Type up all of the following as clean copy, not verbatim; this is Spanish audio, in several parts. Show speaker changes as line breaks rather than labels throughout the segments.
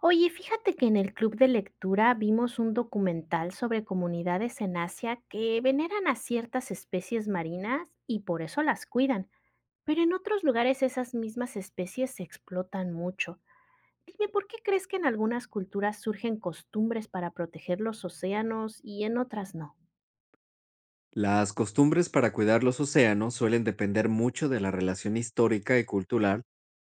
Oye, fíjate que en el club de lectura vimos un documental sobre comunidades en Asia que veneran a ciertas especies marinas y por eso las cuidan, pero en otros lugares esas mismas especies se explotan mucho. Dime, ¿por qué crees que en algunas culturas surgen costumbres para proteger los océanos y en otras no?
Las costumbres para cuidar los océanos suelen depender mucho de la relación histórica y cultural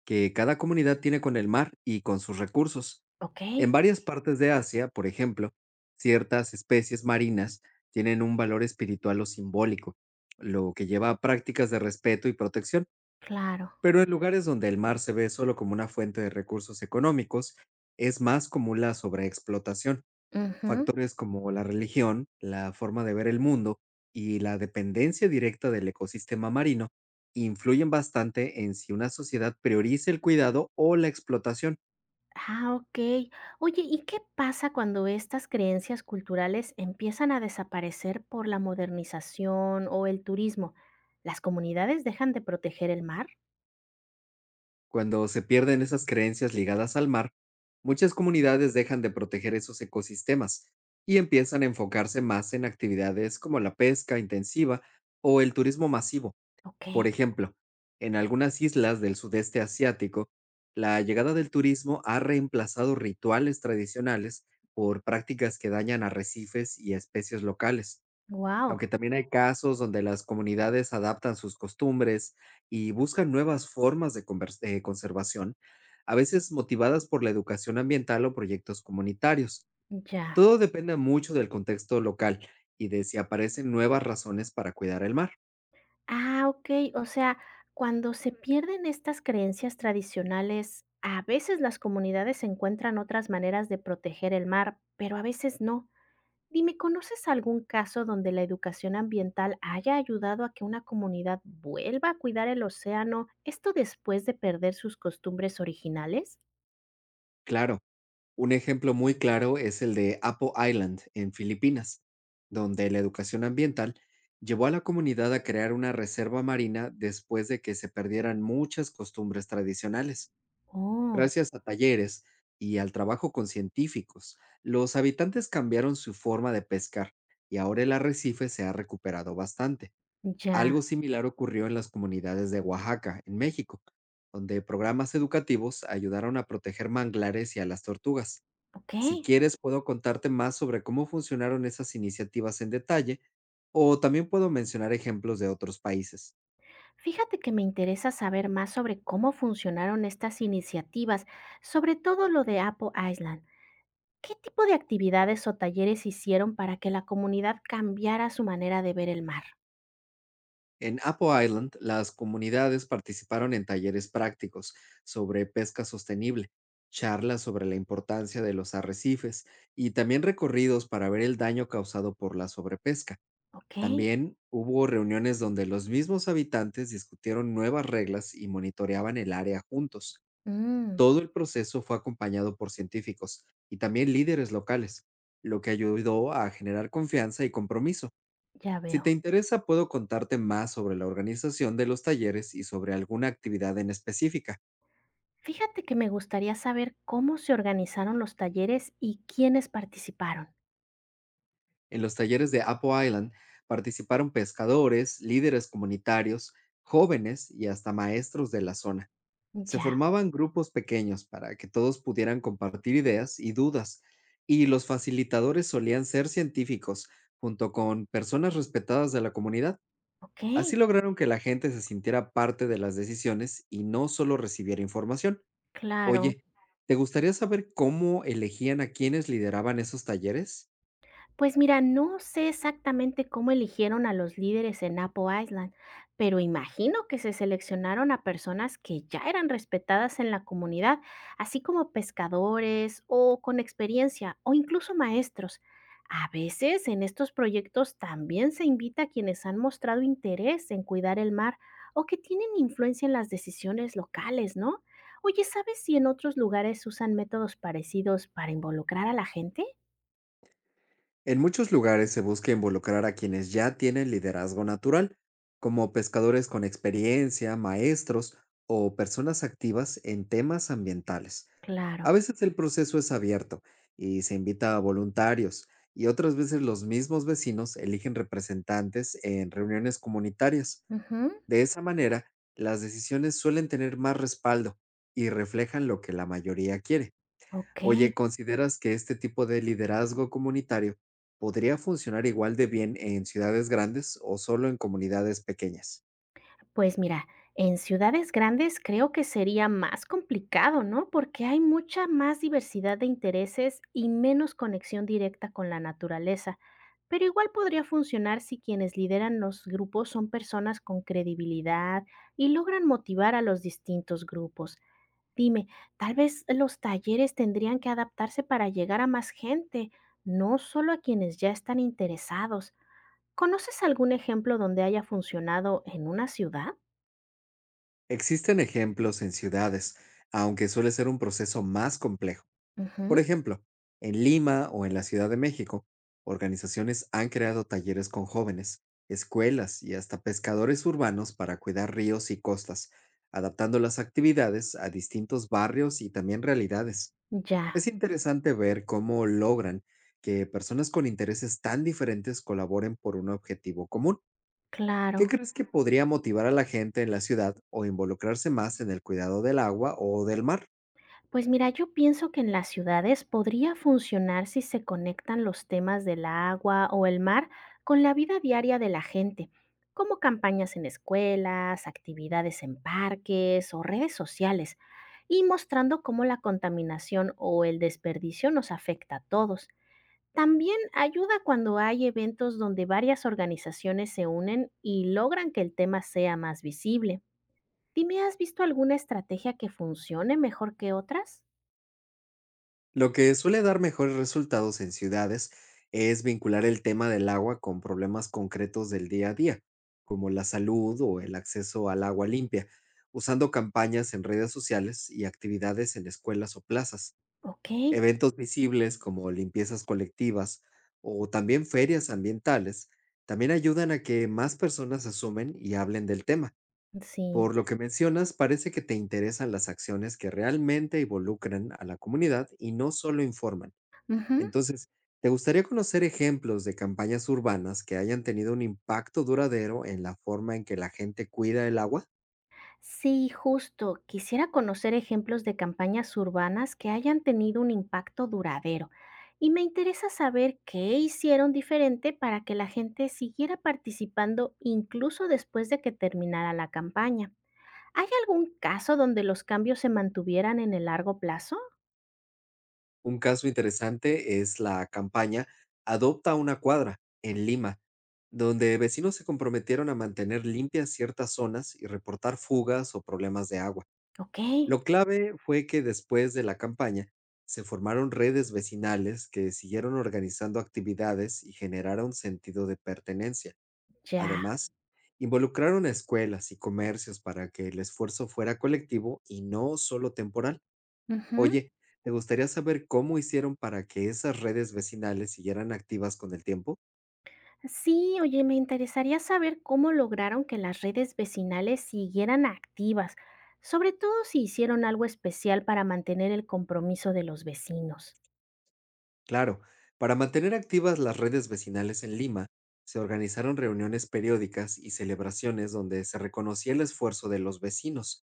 que cada comunidad tiene con el mar y con sus recursos.
Ok,
En varias partes de Asia, por ejemplo, ciertas especies marinas tienen un valor espiritual o simbólico, lo que lleva a prácticas de respeto y protección,
claro.
pero en lugares donde el mar se ve solo como una fuente de recursos económicos, es más común la sobreexplotación.
Ujú.
Factores como la religión, la forma de ver el mundo y la dependencia directa del ecosistema marino influyen bastante en si una sociedad prioriza el cuidado o la explotación.
Ah, ok. Oye, ¿y qué pasa cuando estas creencias culturales empiezan a desaparecer por la modernización o el turismo? ¿Las comunidades dejan de proteger el mar?
Cuando se pierden esas creencias ligadas al mar, muchas comunidades dejan de proteger esos ecosistemas y empiezan a enfocarse más en actividades como la pesca intensiva o el turismo masivo.
Ok,
Por ejemplo, en algunas islas del sudeste asiático, la llegada del turismo ha reemplazado rituales tradicionales por prácticas que dañan arrecifes y especies locales,
wow,
aunque también hay casos donde las comunidades adaptan sus costumbres y buscan nuevas formas de conservación, a veces motivadas por la educación ambiental o proyectos comunitarios.
ya.
Todo depende mucho del contexto local y de si aparecen nuevas razones para cuidar el mar.
Ah, ok, o sea, cuando se pierden estas creencias tradicionales, a veces las comunidades encuentran otras maneras de proteger el mar, pero a veces no. Dime, ¿conoces algún caso donde la educación ambiental haya ayudado a que una comunidad vuelva a cuidar el océano, esto después de perder sus costumbres originales?
Claro. Un ejemplo muy claro es el de Apo Island, en Filipinas, donde la educación ambiental llevó a la comunidad a crear una reserva marina después de que se perdieran muchas costumbres tradicionales.
Oh,
Gracias a talleres y al trabajo con científicos, los habitantes cambiaron su forma de pescar y ahora el arrecife se ha recuperado bastante.
ya,
Algo similar ocurrió en las comunidades de Oaxaca, en México, donde programas educativos ayudaron a proteger manglares y a las tortugas.
ok.
Si quieres, puedo contarte más sobre cómo funcionaron esas iniciativas en detalle, o también puedo mencionar ejemplos de otros países.
Fíjate que me interesa saber más sobre cómo funcionaron estas iniciativas, sobre todo lo de Apple Island. ¿Qué tipo de actividades o talleres hicieron para que la comunidad cambiara su manera de ver el mar?
En Apple Island, las comunidades participaron en talleres prácticos sobre pesca sostenible, charlas sobre la importancia de los arrecifes y también recorridos para ver el daño causado por la sobrepesca.
Ok,
También hubo reuniones donde los mismos habitantes discutieron nuevas reglas y monitoreaban el área juntos.
mm,
Todo el proceso fue acompañado por científicos y también líderes locales, lo que ayudó a generar confianza y compromiso.
ya
Si te
veo.
interesa, puedo contarte más sobre la organización de los talleres y sobre alguna actividad en específica.
Fíjate que me gustaría saber cómo se organizaron los talleres y quiénes participaron.
En los talleres de Apple Island participaron pescadores, líderes comunitarios, jóvenes y hasta maestros de la zona. Se
Ya,
formaban grupos pequeños para que todos pudieran compartir ideas y dudas, y los facilitadores solían ser científicos, junto con personas respetadas de la comunidad.
ok,
Así lograron que la gente se sintiera parte de las decisiones y no solo recibiera información.
claro.
Oye, ¿te gustaría saber cómo elegían a quienes lideraban esos talleres?
Pues mira, no sé exactamente cómo eligieron a los líderes en Apo Island, pero imagino que se seleccionaron a personas que ya eran respetadas en la comunidad, así como pescadores o con experiencia o incluso maestros. A veces en estos proyectos también se invita a quienes han mostrado interés en cuidar el mar o que tienen influencia en las decisiones locales, ¿no? Oye, ¿sabes si en otros lugares usan métodos parecidos para involucrar a la gente?
En muchos lugares se busca involucrar a quienes ya tienen liderazgo natural, como pescadores con experiencia, maestros o personas activas en temas ambientales.
Claro.
A veces el proceso es abierto y se invita a voluntarios, y otras veces los mismos vecinos eligen representantes en reuniones comunitarias.
Ujú.
De esa manera, las decisiones suelen tener más respaldo y reflejan lo que la mayoría quiere.
Ok,
Oye, ¿consideras que este tipo de liderazgo comunitario podría funcionar igual de bien en ciudades grandes o solo en comunidades pequeñas?
pues mira, en ciudades grandes creo que sería más complicado, ¿no? Porque hay mucha más diversidad de intereses y menos conexión directa con la naturaleza. Pero igual podría funcionar si quienes lideran los grupos son personas con credibilidad y logran motivar a los distintos grupos. Dime, tal vez los talleres tendrían que adaptarse para llegar a más gente, no solo a quienes ya están interesados. ¿Conoces algún ejemplo donde haya funcionado en una ciudad?
Existen ejemplos en ciudades, aunque suele ser un proceso más complejo. Por
Ujú,
ejemplo, en Lima o en la Ciudad de México, organizaciones han creado talleres con jóvenes, escuelas y hasta pescadores urbanos para cuidar ríos y costas, adaptando las actividades a distintos barrios y también realidades.
ya,
Es interesante ver cómo logran que personas con intereses tan diferentes colaboren por un objetivo común. ¿Qué
claro.
crees que podría motivar a la gente en la ciudad o involucrarse más en el cuidado del agua o del mar?
Pues mira, yo pienso que en las ciudades podría funcionar si se conectan los temas del agua o el mar con la vida diaria de la gente, como campañas en escuelas, actividades en parques o redes sociales, y mostrando cómo la contaminación o el desperdicio nos afecta a todos. También ayuda cuando hay eventos donde varias organizaciones se unen y logran que el tema sea más visible. Dime, ¿has visto alguna estrategia que funcione mejor que otras?
Lo que suele dar mejores resultados en ciudades es vincular el tema del agua con problemas concretos del día a día, como la salud o el acceso al agua limpia, usando campañas en redes sociales y actividades en escuelas o plazas.
Ok,
Eventos visibles como limpiezas colectivas o también ferias ambientales también ayudan a que más personas asumen y hablen del tema.
sí.
Por lo que mencionas, parece que te interesan las acciones que realmente involucran a la comunidad y no solo informan.
Ujú.
Entonces, ¿te gustaría conocer ejemplos de campañas urbanas que hayan tenido un impacto duradero en la forma en que la gente cuida el agua?
Sí, justo. Quisiera conocer ejemplos de campañas urbanas que hayan tenido un impacto duradero. Y me interesa saber qué hicieron diferente para que la gente siguiera participando incluso después de que terminara la campaña. ¿Hay algún caso donde los cambios se mantuvieran en el largo plazo?
Un caso interesante es la campaña Adopta una cuadra en Lima, donde vecinos se comprometieron a mantener limpias ciertas zonas y reportar fugas o problemas de agua.
Ok,
Lo clave fue que después de la campaña se formaron redes vecinales que siguieron organizando actividades y generaron sentido de pertenencia.
ya.
Además, involucraron a escuelas y comercios para que el esfuerzo fuera colectivo y no solo temporal.
Ujú.
Oye, ¿te gustaría saber cómo hicieron para que esas redes vecinales siguieran activas con el tiempo?
Sí, oye, me interesaría saber cómo lograron que las redes vecinales siguieran activas, sobre todo si hicieron algo especial para mantener el compromiso de los vecinos.
Claro, para mantener activas las redes vecinales en Lima, se organizaron reuniones periódicas y celebraciones donde se reconocía el esfuerzo de los vecinos,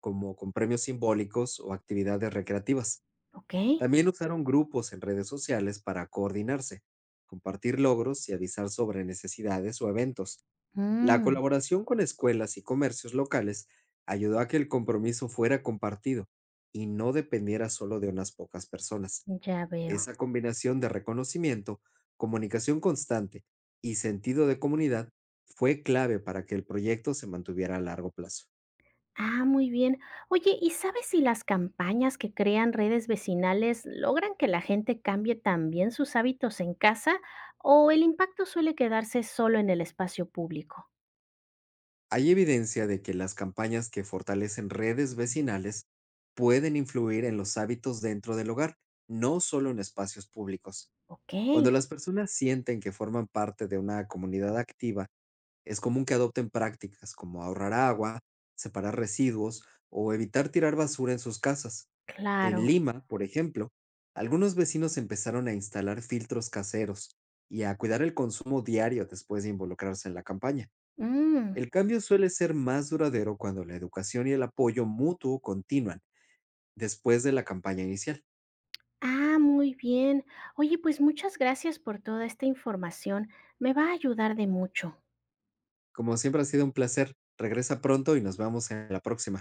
como con premios simbólicos o actividades recreativas.
Ok,
También usaron grupos en redes sociales para coordinarse, compartir logros y avisar sobre necesidades o eventos. La
mm,
colaboración con escuelas y comercios locales ayudó a que el compromiso fuera compartido y no dependiera solo de unas pocas personas.
ya veo.
Esa combinación de reconocimiento, comunicación constante y sentido de comunidad fue clave para que el proyecto se mantuviera a largo plazo.
Ah, muy bien. Oye, ¿y sabes si las campañas que crean redes vecinales logran que la gente cambie también sus hábitos en casa o el impacto suele quedarse solo en el espacio público?
Hay evidencia de que las campañas que fortalecen redes vecinales pueden influir en los hábitos dentro del hogar, no solo en espacios públicos.
Ok,
Cuando las personas sienten que forman parte de una comunidad activa, es común que adopten prácticas como ahorrar agua, separar residuos o evitar tirar basura en sus casas. En
claro.
Lima, por ejemplo, algunos vecinos empezaron a instalar filtros caseros y a cuidar el consumo diario después de involucrarse en la campaña.
Mm.
El cambio suele ser más duradero cuando la educación y el apoyo mutuo continúan después de la campaña inicial.
Ah, muy bien. Oye, pues muchas gracias por toda esta información. Me va a ayudar de mucho.
Como siempre ha sido un placer, regresa pronto y nos vemos en la próxima.